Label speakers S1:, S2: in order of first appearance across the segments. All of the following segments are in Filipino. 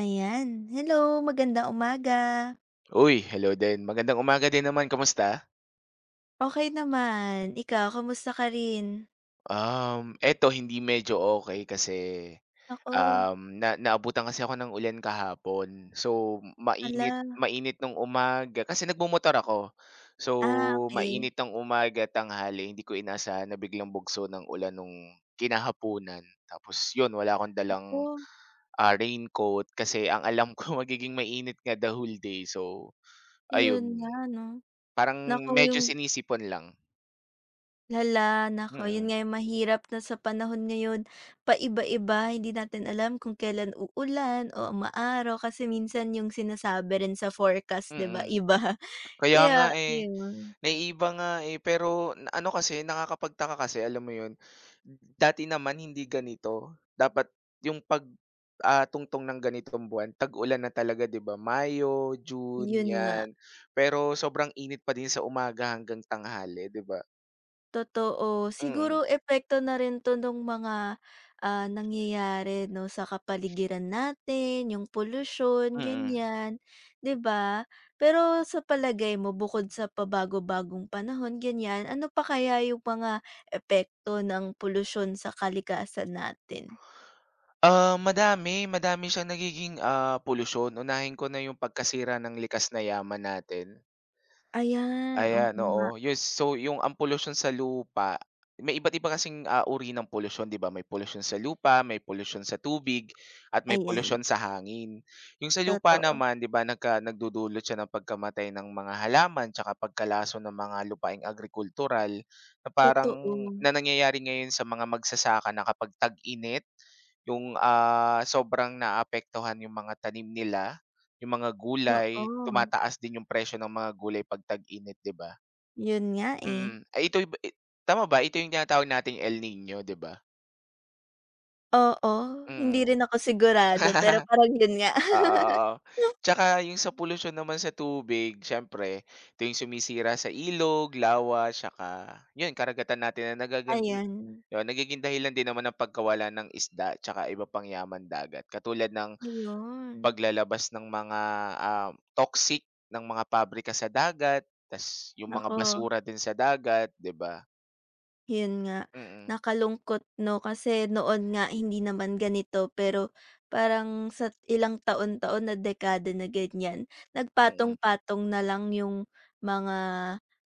S1: Ayan. Hello, magandang umaga.
S2: Uy, hello din. Magandang umaga din naman, kamusta?
S1: Okey naman. Ikaw, kamusta ka rin?
S2: Eto hindi medyo okay kasi,
S1: Naku,
S2: um, na naabutan kasi ako ng ulan kahapon. So, mainit
S1: hala.
S2: mainit nung umaga kasi nagmomotor ako. So,
S1: Ah, okay.
S2: mainit ng umaga, tanghali, hindi ko inasahan na biglang bugso ng ulan nung kinahaponan. Tapos yun, wala akong dalang,
S1: Oo,
S2: ah, raincoat kasi ang alam ko magiging mainit nga the whole day. So,
S1: yun
S2: ayun,
S1: nga 'no.
S2: parang
S1: Naku,
S2: medyo
S1: yung
S2: sinisipon lang.
S1: hala,
S2: Mm.
S1: naku, yun
S2: Mm.
S1: nga yung mahirap na sa panahon ngayon, paiba-iba. Hindi natin alam kung kailan uulan o umaaraw kasi minsan yung sinasabi rin sa forecast 'di ba,
S2: Mm,
S1: iba.
S2: kaya nga,
S1: Kaya
S2: eh.
S1: ayun,
S2: Naiiba nga, eh, pero na ano kasi nakakapagtaka kasi alam mo 'yun, dati naman hindi ganito. Dapat 'yung pag, tungtong ng ganitong buwan tag-ulan na talaga 'di ba, Mayo, June
S1: yun nga.
S2: 'yan. Pero sobrang init pa din sa umaga hanggang tanghali 'di ba?
S1: Totoo. Siguro
S2: Mm,
S1: epekto na rin 'to nung mga, nangyayari 'no sa kapaligiran natin, yung pollution
S2: mm.
S1: ganyan, 'di ba? Pero sa palagay mo bukod sa pabago-bagong panahon, ganyan, ano pa kaya yung mga epekto ng pollution sa kalikasan natin?
S2: Ah, madami, madami siyang nagiging, polusyon. Unahin ko na 'yung pagkasira ng likas na yaman natin.
S1: Ayan, oo
S2: Ayan,
S1: nga.
S2: oo. Yes, so yung ang pollution sa lupa, may iba't iba kasing, uri ng pollution, 'di ba? May pollution sa lupa, may pollution sa tubig, at may pollution
S1: Ayan,
S2: sa hangin. Yung sa lupa
S1: totoo.
S2: naman, 'di ba, nagdudulot siya ng pagkamatay ng mga halaman tsaka pagkalaso ng mga lupaing agrikultural na parang
S1: Totoo.
S2: na nangyayari ngayon sa mga magsasaka na kapag tag-init, yung, sobrang naapektuhan yung mga tanim nila yung mga gulay,
S1: Oo,
S2: tumataas din yung presyo ng mga gulay 'pag tag-init, 'di ba?
S1: yun nga, eh.
S2: Mm, ay ito'y ba i tama ba ito yung tinatawag nating El Niño, 'di ba?
S1: Oo, hindi
S2: Mm.
S1: rin ako sigurado pero parang yun nga.
S2: Oo, oo. Tsaka yung sa polusyon naman sa tubig, siyempre ito yung sumisira sa ilog, lawa, tsaka yun karagatan natin na nagagan
S1: Ayan,
S2: yun nagiging dahilan din naman ng pagkawala ng isda, tsaka iba pang yaman dagat katulad ng
S1: iyon.
S2: paglalabas ng mga, toxic ng mga pabrika sa dagat, tas yung mga
S1: Naku,
S2: basura din sa dagat, 'di ba?
S1: yun nga
S2: Mm,
S1: nakalungkot 'no, kasi noon nga hindi naman ganito pero parang sa ilang taon-taon na dekada na ganyan,
S2: mm.
S1: nagpatong-patong na lang yung mga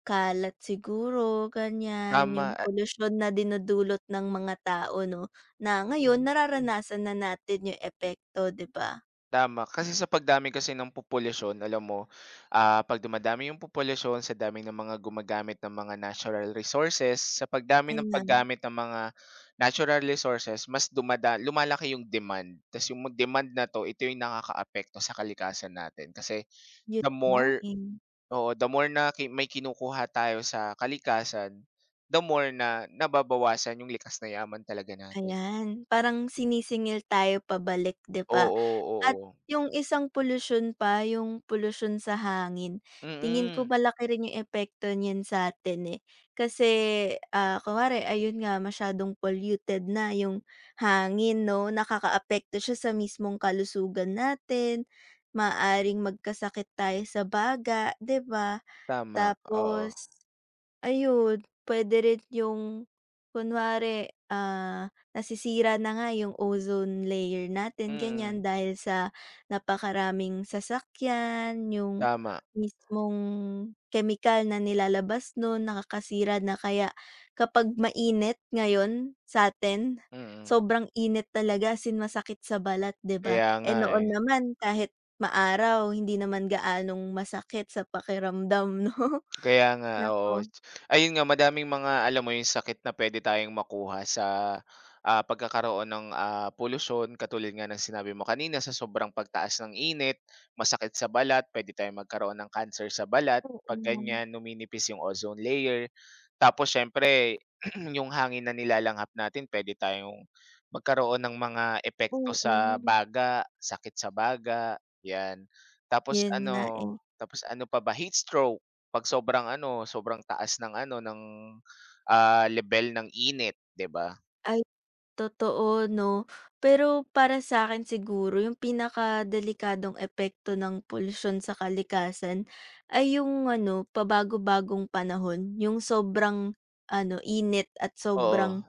S1: kalat siguro ganyan, yung
S2: Tama, ah,
S1: polusyon na dinudulot ng mga tao 'no, na ngayon nararanasan na natin yung epekto 'di ba?
S2: tama. Kasi sa pagdami kasi ng populasyon alam mo, ah, 'pag dumadami yung populasyon sa dami ng mga gumagamit ng mga natural resources, sa pagdami ng
S1: Ayan,
S2: paggamit ng mga natural resources mas lumalaki yung demand, tas yung demand na 'to, ito yung nakakaapekto sa kalikasan natin kasi
S1: yun
S2: the
S1: nga
S2: more.
S1: eh.
S2: Oo, the more na may kinukuha tayo sa kalikasan, the more na nababawasan yung likas na yaman talaga natin.
S1: Ayan, parang sinisingil tayo pabalik 'di
S2: Oo,
S1: ba? At
S2: oo, oo.
S1: yung isang polusyon pa, yung polusyon sa hangin, tingin ko
S2: Mm,
S1: malaki rin yung epekto niyan sa'tin, eh. Kasi, kunwari ayun nga masyadong polluted na yung hangin 'no, nakakaapekto siya sa mismong kalusugan natin, maaring magkasakit tayo sa baga 'di ba?
S2: tama, oo.
S1: Tapos ayun, puwede rin yung kunwari, nasisira na nga yung ozone layer natin ganyan
S2: Mm,
S1: dahil sa napakaraming sasakyan, yung
S2: tama,
S1: mismong chemical na nilalabas nun nakakasira na kaya kapag mainit ngayon sa sa'tin,
S2: mm.
S1: sobrang init talaga sinmasakit sa balat 'di ba?
S2: Kaya nga,
S1: Eh,
S2: eh.
S1: noon naman kahit maaraw hindi naman gaanong masakit sa pakiramdam 'no?
S2: Kaya nga, oo.
S1: Naku.
S2: Ayun nga, madaming mga alam mo yung sakit na pwede tayong makuha sa, pagkakaroon ng, polusyon katulad nga ng sinabi mo kanina sa sobrang pagtaas ng init, masakit sa balat, pwede tayong magkaroon ng cancer sa balat
S1: Oo,
S2: 'pag ganyan, numinipis yung ozone layer. Tapos siyempre yung hangin na nilalanghap natin pwede tayong magkaroon ng mga
S1: oo.
S2: epekto sa baga, sakit sa baga, 'yan. Tapos
S1: 'Yun nga,
S2: ano
S1: eh.
S2: tapos ano pa ba, heat stroke? 'Pag sobrang ano, sobrang taas ng ano, ng, lebel ng init, 'di ba?
S1: Ay, totoo 'no. Pero para sa akin siguro yung pinakadelikadong epekto ng polusyon sa kalikasan ay yung ano, pabago-bagong panahon, yung sobrang ano, init at
S2: Oo.
S1: sobrang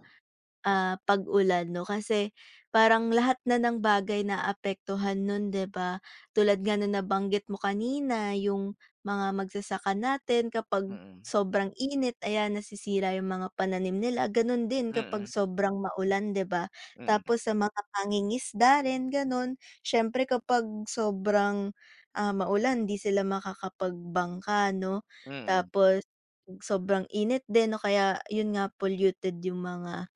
S1: ah, pag-ulan 'no, kasi parang lahat na ng bagay na naapektuhan nun 'di ba? Tulad nga na nabanggit mo kanina, yung mga magsasaka natin kapag
S2: Mm.
S1: sobrang init ayan nasisira yung mga pananim nila, ganun din kapag
S2: Mm.
S1: sobrang maulan 'di ba?
S2: Mm.
S1: Tapos sa mga mangingisda rin ganun, siyempre kapag sobrang, maulan 'di sila makakapagbangka 'no?
S2: Mm.
S1: Tapos sobrang init din no kaya yun nga polluted yung mga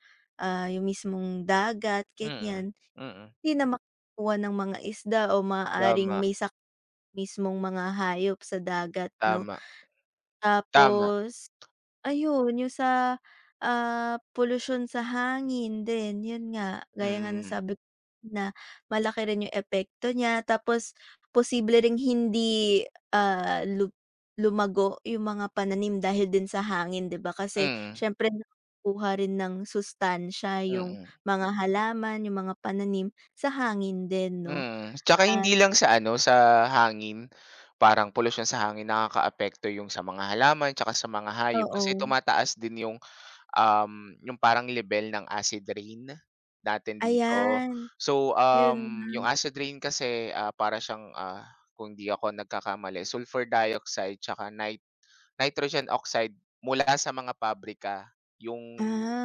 S1: ah, yung mismong dagat
S2: Mm.
S1: ganyan,
S2: Mm.
S1: hindi na makakuha ng mga isda o maaaring
S2: Tama,
S1: may sakop mismong mga hayop sa dagat 'no.
S2: tama, tama.
S1: Tapos ayun, yung sa, polusyon sa hangin din, yun nga, gaya nga ng
S2: Mm.
S1: sabi ko na malaki rin yung epekto niya tapos posible ring hindi, ah, lu lumago yung mga pananim dahil din sa hangin, 'di ba? Kasi
S2: Mm.
S1: siyempre nakukuha rin ng sustansiya yung
S2: Mm.
S1: mga halaman, yung mga pananim sa hangin din 'no?
S2: Mm. Tsaka
S1: At
S2: hindi lang sa ano, sa hangin. Parang polusyon sa hangin nakakaapekto yung sa mga halaman tsaka sa mga hayop
S1: oo,
S2: kasi tumataas din yung yung parang level ng acid rain natin dito.
S1: ayan,
S2: So,
S1: yun
S2: yung
S1: nga.
S2: acid rain kasi, para siyang, kung 'di ako nagkakamali, sulfur dioxide 'tsaka nitrogen oxide mula sa mga pabrika, yung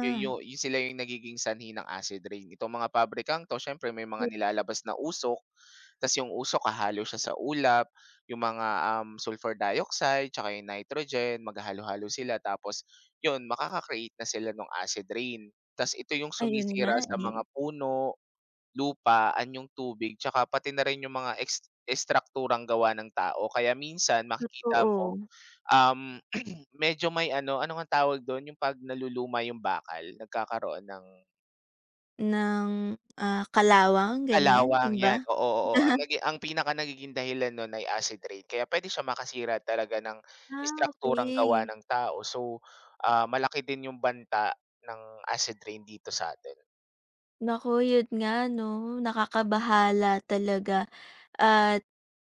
S2: yung yu yung sila yung nagiging sanhi ng acid rain. Itong mga pabrikang 'to siyempre may mga nilalabas na usok, tas yung usok hahalo siya sa ulap, yung mga, sulfur dioxide tsaka yung nitrogen maghahalo-halo sila tapos yun makaka-create na sila ng acid rain. Tas ito yung
S1: ayun
S2: sumisira
S1: nga,
S2: sa
S1: eh,
S2: mga puno, lupa, anyong tubig tsaka pati na rin yung mga ekstrukturang gawa ng tao. Kaya minsan makikita mo.
S1: totoo.
S2: Um, medyo may ano, ano ngang tawag dun, yung 'pag naluluma yung bakal nagkakaroon ng
S1: Ng, kalawang ganyan,
S2: kalawang,
S1: 'yun ba?
S2: 'yan, oo, oo, oo. Ang nagi ang pinaka nagiging dahilan nun ay acid rain kaya pwede siya makasira talaga ng
S1: Ah,
S2: istrukturang gawa
S1: okey.
S2: ng tao. So, ah, malaki din yung banta ng acid rain dito sa sa'tin.
S1: Naku, 'yun nga 'no, nakakabahala talaga at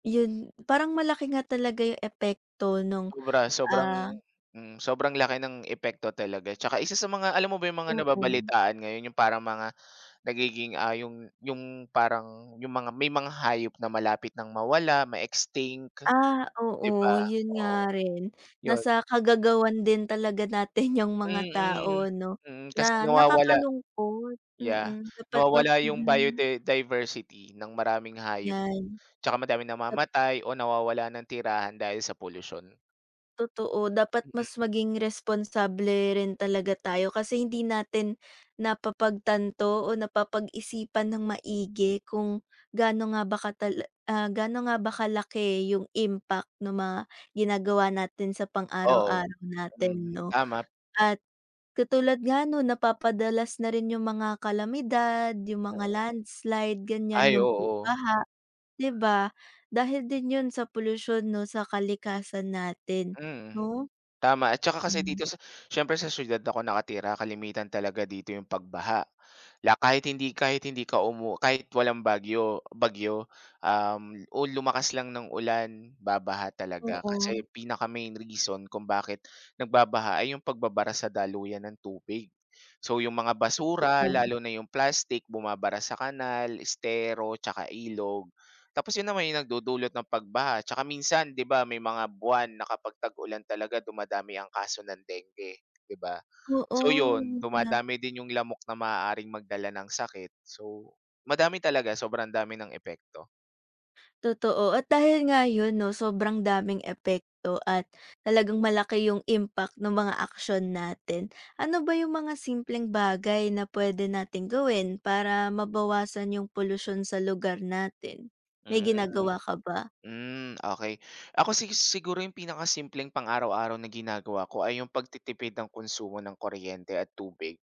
S1: 'yun parang malaki nga talaga yung epekto nung,
S2: Sobra, sobrang
S1: ah
S2: mm, sobrang laki ng epekto talaga. Tsaka isa sa mga alam mo ba yung mga
S1: oo.
S2: nababalitaan ngayon yung parang mga Nagiging, ah, yung parang yung mga may mga hayop na malapit ng mawala, ma-extinct,
S1: Ah,
S2: 'di
S1: oo
S2: ba?
S1: 'yun nga
S2: Oo,
S1: rin.
S2: yun.
S1: Nasa kagagawan din talaga natin yung mga
S2: Mm,
S1: tao 'no,
S2: mm, kasi
S1: na
S2: nawawala
S1: nakakalungkot,
S2: yeah,
S1: mm. Dapat mas
S2: nawawala yung
S1: maging
S2: diversity ng maraming hayop,
S1: 'yan.
S2: tsaka madaming namamatay o nawawala ng tirahan dahil sa polusyon.
S1: Totoo, dapat
S2: Mm,
S1: mas maging responsable rin talaga tayo kasi hindi natin napapagtanto o napapag-isipan ng maigi kung gaano nga ba katala ah, gaano nga ba kalaki yung impact ng mga ginagawa natin sa
S2: oo,
S1: pang-araw-araw
S2: hmm,
S1: natin 'no.
S2: tama.
S1: At katulad nga no napapadalas na rin yung mga kalamidad, yung mga landslide ganyan,
S2: Ay,
S1: yung
S2: oo,
S1: pagbaha, 'di ba? Dahil din yun sa pollution 'no, sa kalikasan natin,
S2: mm.
S1: 'no?
S2: Tama at saka kasi
S1: Hmm,
S2: dito sa siyempre sa siyudad ako nakatira kalimitan talaga dito yung pagbaha. La kahit hindi ka umu kahit walang bagyo bagyo, o lumakas lang ng ulan, babaha talaga.
S1: oo,
S2: Kasi pinaka-main reason kung bakit nagbabaha ay yung pagbabara sa daluyan ng tubig. So, yung mga basura
S1: totoo.
S2: lalo na yung plastic, bumabara sa kanal, estero, tsaka ilog. Tapos yun naman yung nagdudulot ng pagbaha tsaka minsan 'di ba may mga buwan na kapag tag-ulan talaga dumadami ang kaso ng dengue, 'di ba?
S1: Oo,
S2: So yun,
S1: yun nga,
S2: dumadami din yung lamok na maaaring magdala ng sakit. So, madami talaga, sobrang dami ng epekto.
S1: totoo at dahil nga yun 'no, sobrang daming epekto at talagang malaki yung impact ng mga aksiyon natin. Ano ba yung mga simpleng bagay na puwede nating gawin para mabawasan yung polusyon sa lugar natin? May
S2: Mm,
S1: ginagawa ka ba?
S2: hmm, okay. Ako siguro yung pinakasimpleng pang-araw-araw na ginagawa ko ay yung pagtitipid ng konsumo ng kuryente at tubig.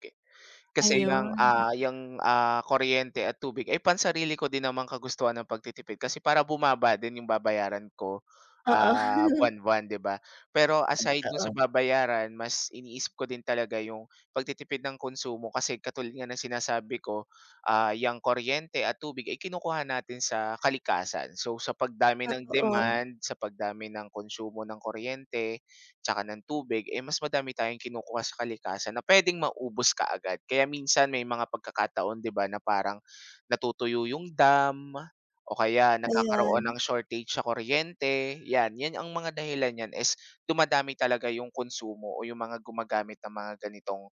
S2: Kasi yung
S1: Ayun,
S2: ah, yung ah, kuryente at tubig ay pansarili ko din namang kagustuhan ng pagtitipid kasi para bumaba din yung babayaran ko,
S1: oo,
S2: ah, buwan-buwan, 'di ba? Pero aside dun sa
S1: oo,
S2: babayaran mas iniisip ko din talaga yung pagtitipid ng konsumo kasi katulad nga ng sinasabi ko, ah, yung kuryente at tubig ay kinukuha natin sa kalikasan. So, sa pagdami ng
S1: totoo,
S2: demand, sa pagdami ng konsumo ng kuryente, tsaka ng tubig, eh, mas madami tayong kinukuha sa kalikasan na puwedeng maubos kaagad. Kaya minsan may mga pagkakataon 'di ba na parang natutuyo yung dam o kaya nagkakaroon
S1: ayan.
S2: ng shortage sa kuryente, 'yan. 'Yan ang mga dahilan niyan, dumadami talaga yung konsumo o yung mga gumagamit ng mga ganitong,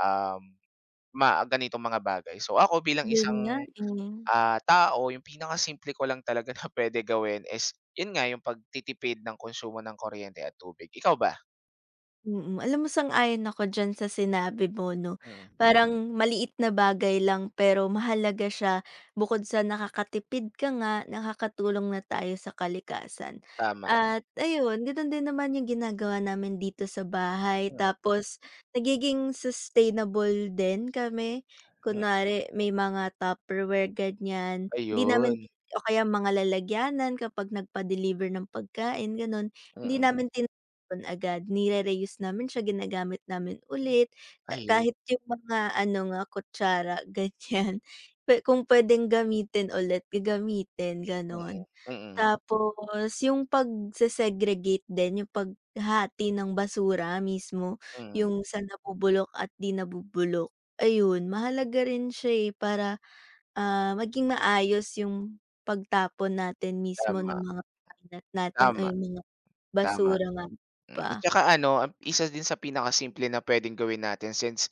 S2: um, ma ganitong mga bagay. So ako bilang
S1: Yun nga,
S2: isang,
S1: eh.
S2: ah, tao, yung pinakasimple ko lang talaga na pwede gawin is yun nga, yung pagtitipid ng konsumo ng kuryente at tubig. Ikaw ba?
S1: Mm, alam mo sang-ayon ako diyan sa sinabi mo 'no. Mm.
S2: Mm.
S1: Parang maliit na bagay lang pero mahalaga siya bukod sa nakakatipid ka nga, nakakatulong na tayo sa kalikasan.
S2: Tama.
S1: At ayun, gano'n din naman yung ginagawa namin dito sa bahay
S2: Mm.
S1: tapos nagiging sustainable din kami.
S2: Hmm,
S1: Kunwari may mga Tupperware ganyan, hindi
S2: ayun.
S1: namin o kaya mga lalagyanan kapag nagpa-deliver ng pagkain gano'n, hindi
S2: Mm,
S1: namin tinatapon agad, nire-reuse namin siya, ginagamit namin ulit, ta
S2: ayun.
S1: kahit yung mga ano nga, kutsara ganyan, pe kung puwedeng gamitin ulit, gagamitin,
S2: Mm,
S1: gano'n.
S2: mm,
S1: Tapos yung pag segregate din, yung paghati ng basura mismo,
S2: mm.
S1: yung sa nabubulok at 'di nabubulok, ayun, mahalaga rin siya, eh, para, maging maayos yung pagtapon natin mismo
S2: Tama,
S1: ng mga kalat natin o
S2: tama,
S1: yung mga
S2: tama.
S1: basura nga
S2: Mm,
S1: pa.
S2: at saka ano, isa din sa pinakasimple na pwedeng gawin natin since,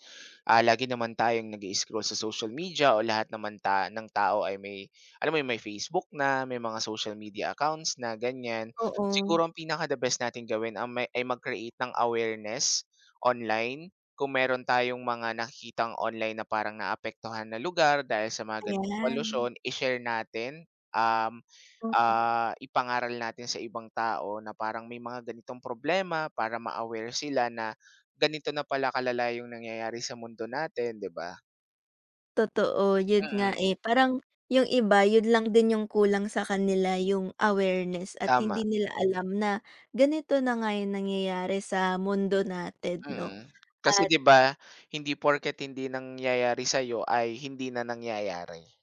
S2: ah, lagi naman tayong nag scroll sa social media o lahat naman ta ng tao ay may alam mo yun, may Facebook na, may mga social media accounts na, ganyan.
S1: Oo,
S2: Siguro ang pinaka the best nating gawin ang may ay mag-create ng awareness online kung meron tayong mga nakikitang online na parang naapektuhan na lugar dahil sa mga ganitong
S1: ayan.
S2: polusyon i-share natin, um
S1: Oo,
S2: ipangaral natin sa ibang tao na parang may mga ganitong problema para ma-aware sila na ganito na pala kalala yung nangyayari sa mundo natin, 'di ba?
S1: totoo yun nga,
S2: Mm,
S1: eh, parang yung iba yun lang din yung kulang sa kanila yung awareness at
S2: tama,
S1: hindi nila alam na ganito na nga yung nangyayari sa mundo natin 'no
S2: mm. Kasi
S1: at
S2: 'di ba, hindi porket hindi nangyayari sa'yo ay hindi na nangyayari, 'di.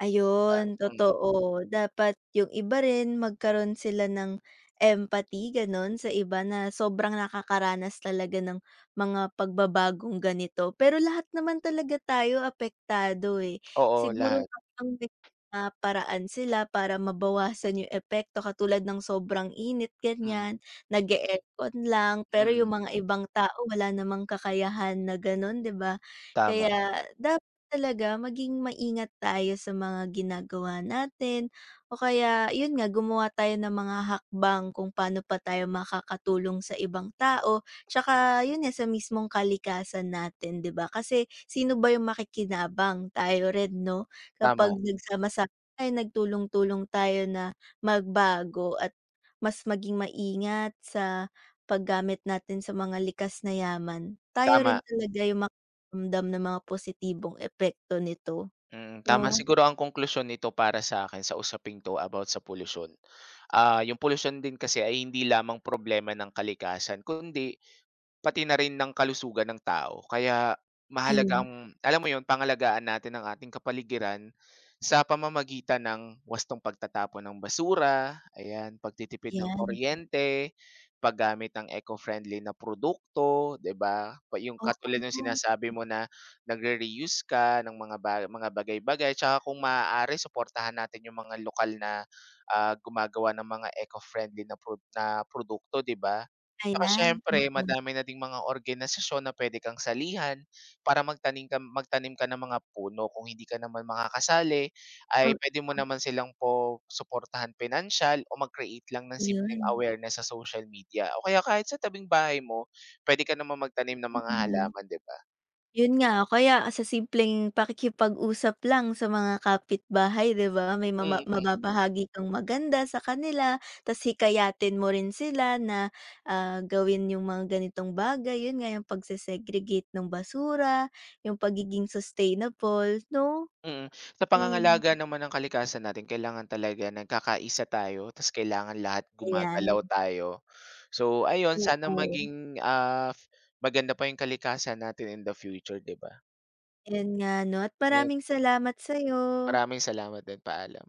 S1: ayun,
S2: Mm,
S1: totoo. Dapat yung iba rin magkaroon sila ng empathy, gano'n, sa iba na sobrang nakakaranas talaga ng mga pagbabagong ganito. Pero lahat naman talaga tayo apektado, eh.
S2: oo
S1: Siguro
S2: lahat.
S1: ang may mga paraan sila para mabawasan yung epekto katulad ng sobrang init,
S2: Mm,
S1: ganyan, nag aircon lang, pero
S2: mm.
S1: yung mga ibang tao wala namang kakayahan na gano'n, 'di ba?
S2: Tama,
S1: Kaya dap talaga maging maingat tayo sa mga ginagawa natin o kaya yun nga gumawa tayo ng mga hakbang kung paano pa tayo makakatulong sa ibang tao, tsaka yun nga sa mismong kalikasan natin 'di ba? Kasi sino ba yung makikinabang, tayo rin 'no?
S2: tama,
S1: Kapag nagsama-sama tayo, nagtulong-tulong tayo na magbago at mas maging maingat sa paggamit natin sa mga likas na yaman, tayo
S2: tama.
S1: rin talaga yung ramdam ng mga positibong epekto nito
S2: Mm,
S1: 'no?
S2: tama siguro ang konklusyon nito para sa akin sa usaping 'to about sa polusyon. Ah, yung polusyon din kasi ay hindi lamang problema ng kalikasan kundi pati na rin ng kalusugan ng tao kaya mahalaga
S1: Ayun,
S2: ang alam mo yon pangalagaan natin ang ating kapaligiran sa pamamagitan ng wastong pagtatapon ng basura, ayan, pagtitipid ng
S1: 'yan,
S2: kuryente, paggamit ng eco-friendly na produkto, 'di ba? Pa yung
S1: oo,
S2: katulad ng sinasabi mo na nagre-reuse ka ng mga bagay-bagay tsaka kung maaari suportahan natin yung mga lokal na, gumagawa ng mga eco-friendly na produkto, 'di ba? Tsaka
S1: ayan,
S2: siyempre
S1: oo,
S2: madami na ding mga organisasyon na pwede kang salihan para magtanim ka ng mga puno. Kung hindi ka naman makakasali ay
S1: o
S2: pwede mo naman silang po suportahan pinansyal o mag-create lang ng simpleng
S1: yun,
S2: awareness sa social media o kaya kahit sa tabing bahay mo puwede ka naman magtanim ng mga
S1: mm.
S2: halaman, 'di ba?
S1: Yun nga, kaya sa simpleng pakikipag-usap lang sa mga kapitbahay 'di ba, may mama
S2: Mm.
S1: mababahagi kang maganda sa kanila ta's hikayatin mo rin sila na, gawin yung mga ganitong bagay, yun nga yung pagse-segregate ng basura, yung pagiging sustainable 'no?
S2: Mm. Sa
S1: Yun,
S2: pangangalaga naman ng kalikasan natin kailangan talaga nagkakaisa tayo ta's kailangan lahat gumagalaw
S1: ayan,
S2: tayo. So ayun, sana
S1: oo.
S2: maging, maganda pa yung kalikasan natin in the future, 'di ba?
S1: Ayun nga 'no, at maraming salamat sa'yo.
S2: Maraming salamat din, paalam.